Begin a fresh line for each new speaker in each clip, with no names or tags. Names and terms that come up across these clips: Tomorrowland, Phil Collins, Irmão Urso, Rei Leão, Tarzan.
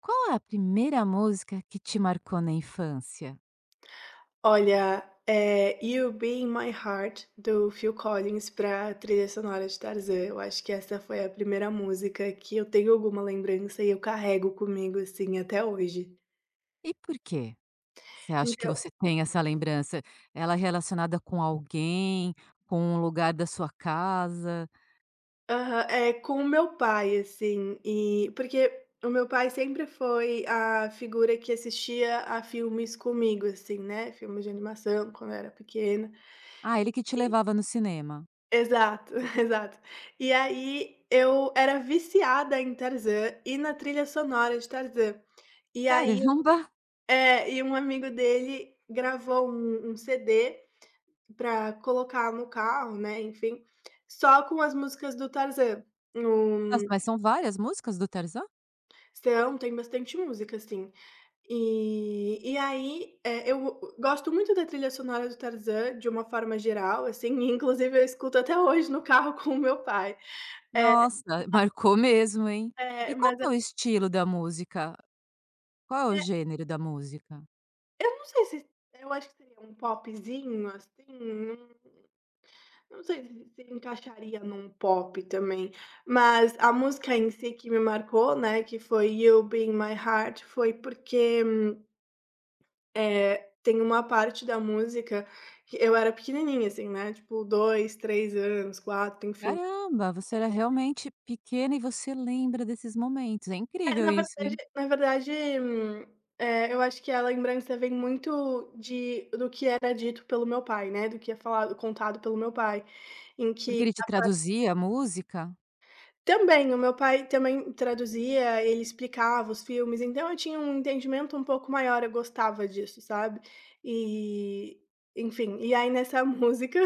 Qual é a primeira música que te marcou na infância?
Olha, "You'll Be in My Heart", do Phil Collins, pra trilha sonora de Tarzan. Eu acho que essa foi a primeira música que eu tenho alguma lembrança e eu carrego comigo, assim, até hoje.
E por quê? Você acha que
Então,
você tem essa lembrança? Ela é relacionada com alguém, com um lugar da sua casa?
aham, é com o meu pai, assim, e porque o meu pai sempre foi a figura que assistia a filmes comigo, assim, né, filmes de animação, quando eu era pequena.
Ah, ele que te levava no cinema.
Exato, exato. E aí eu era viciada em Tarzan e na trilha sonora de Tarzan. E aí
Caramba!
é, e um amigo dele gravou um CD pra colocar no carro, né, enfim, só com as músicas do Tarzan.
Nossa,
Num
mas são várias músicas do Tarzan?
São, tem bastante música, assim. E aí, eu gosto muito da trilha sonora do Tarzan de uma forma geral, assim, e inclusive eu escuto até hoje no carro com o meu pai. É,
Nossa, marcou mesmo, hein?
é,
E qual
mas
que é o estilo da música? Qual é o gênero da música?
eu não sei se eu acho que seria um popzinho, assim, não sei se encaixaria num pop também, mas a música em si que me marcou, né, que foi "You Be My Heart", foi porque, é, tem uma parte da música que eu era pequenininha, assim, né, tipo 2 3 anos, quatro, enfim.
Caramba, você era realmente pequena e você lembra desses momentos. É
É,
incrível
na
isso,
verdade
hein?
na verdade, eu acho que a lembrança vem muito de do que era dito pelo meu pai, né, do que é falado, contado pelo meu pai, em que...
Porque ele te traduzia a música?
Também, o meu pai também traduzia, ele explicava os filmes, então eu tinha um entendimento um pouco maior, eu gostava disso, sabe. E, enfim, e aí nessa música,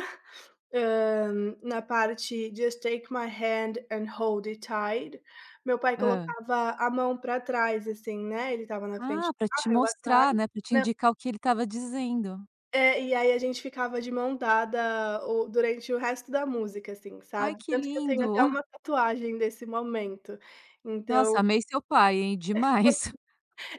na parte "Just take my hand and hold it tight", meu pai
Hã.
colocava a mão pra trás, assim, né, ele estava na frente
Ah,
do
pra te
carro, eu atrás,
mostrar, né, pra te
né,
indicar o que ele estava dizendo.
é, e aí a gente ficava de mão dada o durante o resto da música, assim,
Ai,
sabe.
que
Tanto que eu tenho
lindo.
até uma tatuagem desse momento, então...
Nossa, amei seu pai, hein, demais.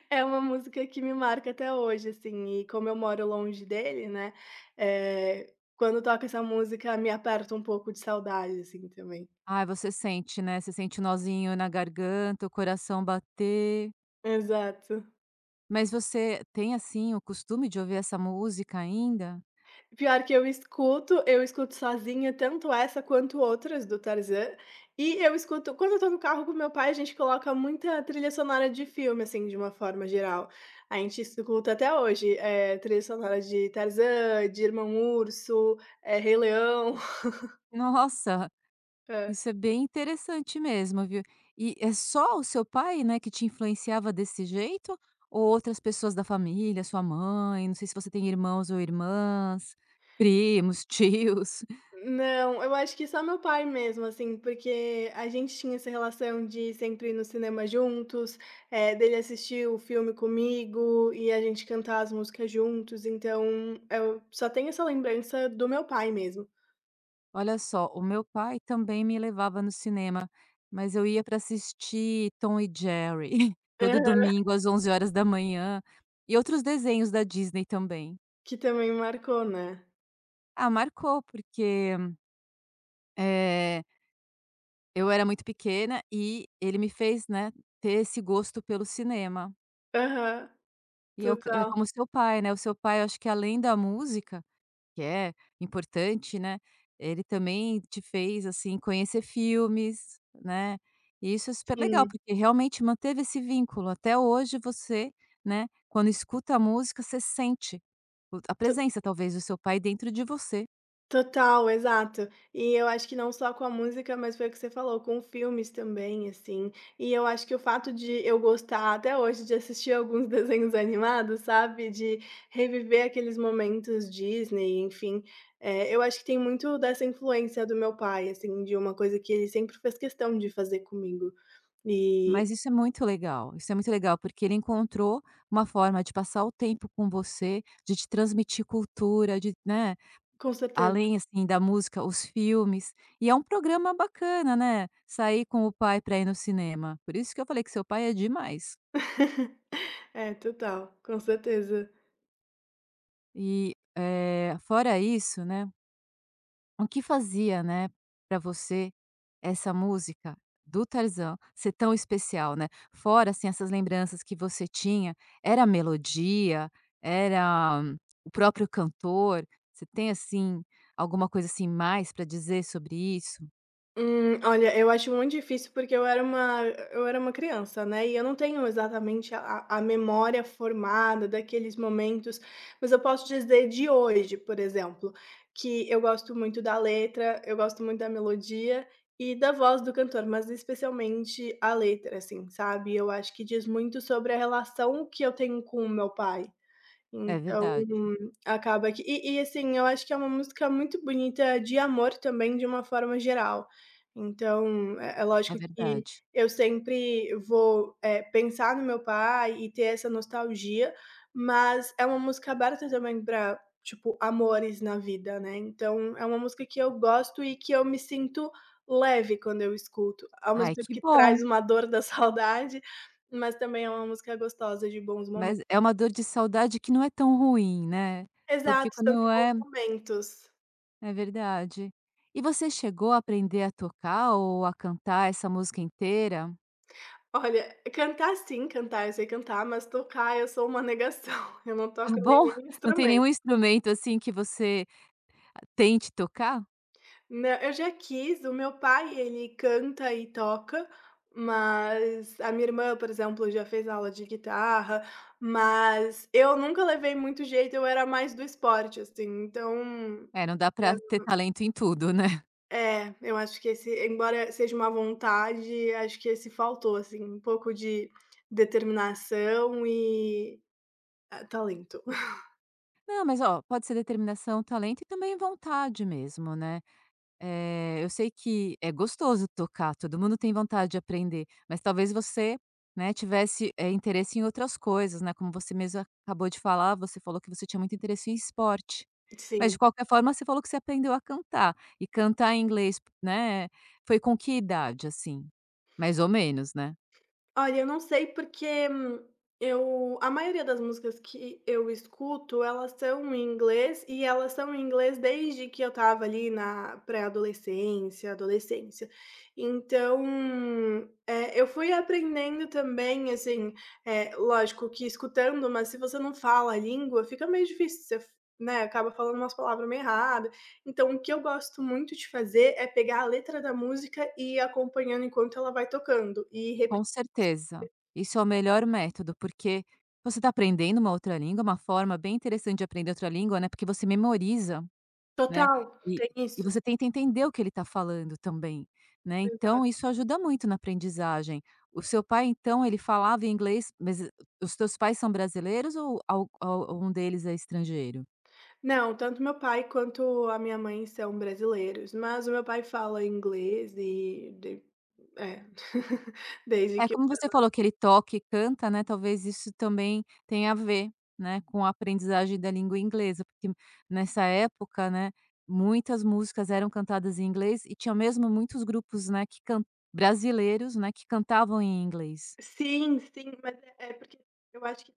É uma música que me marca até hoje, assim, e como eu moro longe dele, né, quando toca essa música me aperta um pouco de saudade, assim, também.
Ai, você sente, né, você sente o nozinho na garganta, o coração bater.
Exato.
Mas você tem, assim, o costume de ouvir essa música ainda?
Pior que eu escuto sozinha tanto essa quanto outras do Tarzan, e eu escuto quando eu tô no carro com meu pai, a gente coloca muita trilha sonora de filme, assim, de uma forma geral. A gente escuta até hoje, trilha sonora de Tarzan, de Irmão Urso, Rei Leão.
Nossa. Isso é bem interessante mesmo, viu. E é só o seu pai, né, que te influenciava desse jeito? Ou outras pessoas da família, sua mãe, não sei se você tem irmãos ou irmãs, primos, tios.
Não, eu acho que só meu pai mesmo, assim, porque a gente tinha essa relação de sempre ir no cinema juntos, dele assistir o filme comigo e a gente cantar as músicas juntos, então eu só tenho essa lembrança do meu pai mesmo.
Olha só, o meu pai também me levava no cinema, mas eu ia para assistir Tom e Jerry, todo
Aham.
domingo às 11 horas da manhã e outros desenhos da Disney também.
Que também marcou, né.
Ah, marcou porque, eh eu era muito pequena e ele me fez, né, ter esse gosto pelo cinema.
Aham,
E eu é
total,
como seu pai, né, o seu pai, eu acho que além da música, que é importante, né, ele também te fez, assim, conhecer filmes, né, e isso é super legal,
sim.
porque realmente manteve esse vínculo. Até hoje você, né, quando escuta a música, você sente o a presença, talvez, do seu pai dentro de você.
Total, exato. E eu acho que não só com a música, mas foi o que você falou, com filmes também, assim. E eu acho que o fato de eu gostar até hoje de assistir alguns desenhos animados, sabe, de reviver aqueles momentos Disney, enfim, eu acho que tem muito dessa influência do meu pai, assim, de uma coisa que ele sempre fez questão de fazer comigo. E
Mas isso é muito legal, isso é muito legal, porque ele encontrou uma forma de passar o tempo com você, de te transmitir cultura, de né,
com certeza.
além, assim, da música, os filmes. E é um programa bacana, né, sair com o pai para ir no cinema. Por isso que eu falei que seu pai é demais.
É, total, com certeza.
E, fora isso, né. O que fazia, né, para você essa música do Tarzan ser tão especial, né? Fora, assim, essas lembranças que você tinha, era a melodia, era o próprio cantor? Você tem, assim, alguma coisa, assim, mais para dizer sobre isso?
Olha, eu acho muito difícil porque eu era uma criança, né, e eu não tenho exatamente a memória formada daqueles momentos, mas eu posso dizer de hoje, por exemplo, que eu gosto muito da letra, eu gosto muito da melodia e da voz do cantor, mas especialmente a letra, assim, sabe. Eu acho que diz muito sobre a relação que eu tenho com o meu pai.
É
Então,
verdade,
acaba que e assim, eu acho que é uma música muito bonita de amor também, de uma forma geral. Então, é
é
lógico que
verdade.
eu sempre vou, pensar no meu pai e ter essa nostalgia, mas é uma música aberta também para, tipo, amores na vida, né. Então é uma música que eu gosto e que eu me sinto leve quando eu escuto, ao mesmo
Ai,
tempo
que
que traz
bom,
uma dor da saudade, mas também é uma música gostosa de bons...
mas é uma dor de saudade que não é tão ruim, né? Porque
Exato, são de
quando
bons
é
momentos.
É verdade. E você chegou a aprender a tocar ou a cantar essa música inteira?
Olha, cantar sim, cantar, eu sei cantar, mas tocar eu sou uma negação, eu não
Ah,
toco
bom,
nenhum
não tem
instrumento.
nenhum instrumento, assim, que você tente tocar?
Nã eu já quis, o meu pai ele canta e toca, mas a minha irmã, por exemplo, já fez aula de guitarra, mas eu nunca levei muito jeito, eu era mais do esporte, assim, então...
É, não dá pra ter talento em tudo, né.
É, eu acho que esse, embora seja uma vontade, acho que esse faltou, assim, um pouco de determinação e, ah, talento.
Não, mas, ó, pode ser determinação, talento e também vontade mesmo, né. Eu sei que é gostoso tocar, todo mundo tem vontade de aprender, mas talvez você, né, tivesse, interesse em outras coisas, né, como você mesmo acabou de falar, você falou que você tinha muito interesse em esporte. Mas
Sim.
de qualquer forma você falou que você aprendeu a cantar, e cantar em inglês, né, foi com que idade, assim? Mais ou menos, né?
Olha, eu não sei porque, eu a maioria das músicas que eu escuto, elas são em inglês e elas são em inglês desde que eu estava ali na pré-adolescência, adolescência. Então, eu fui aprendendo também, assim, lógico que escutando, mas se você não fala a língua, fica meio difícil, você f né, acaba falando umas palavras meio errada. Então, o que eu gosto muito de fazer é pegar a letra da música e ir acompanhando enquanto ela vai tocando e
Com
repetir.
certeza, isso é o melhor método, porque você está aprendendo uma outra língua, uma forma bem interessante de aprender outra língua, né, porque você memoriza. Né,
Total,
e
tem
e
isso,
você tenta entender o que ele está falando também, né,
exato.
então isso ajuda muito na aprendizagem. O seu pai então ele falava inglês, mas os teus pais são brasileiros ou al um deles é estrangeiro?
Não, tanto meu pai quanto a minha mãe são brasileiros, mas o meu pai fala inglês e de é, desde
É,
que eu
como
era...
você falou que ele toca e canta, né, talvez isso também tenha a ver, né, com a aprendizagem da língua inglesa, porque nessa época, né, muitas músicas eram cantadas em inglês e tinha mesmo muitos grupos, né, que can brasileiros, né, que cantavam em inglês.
Sim, sim, mas é porque eu acho que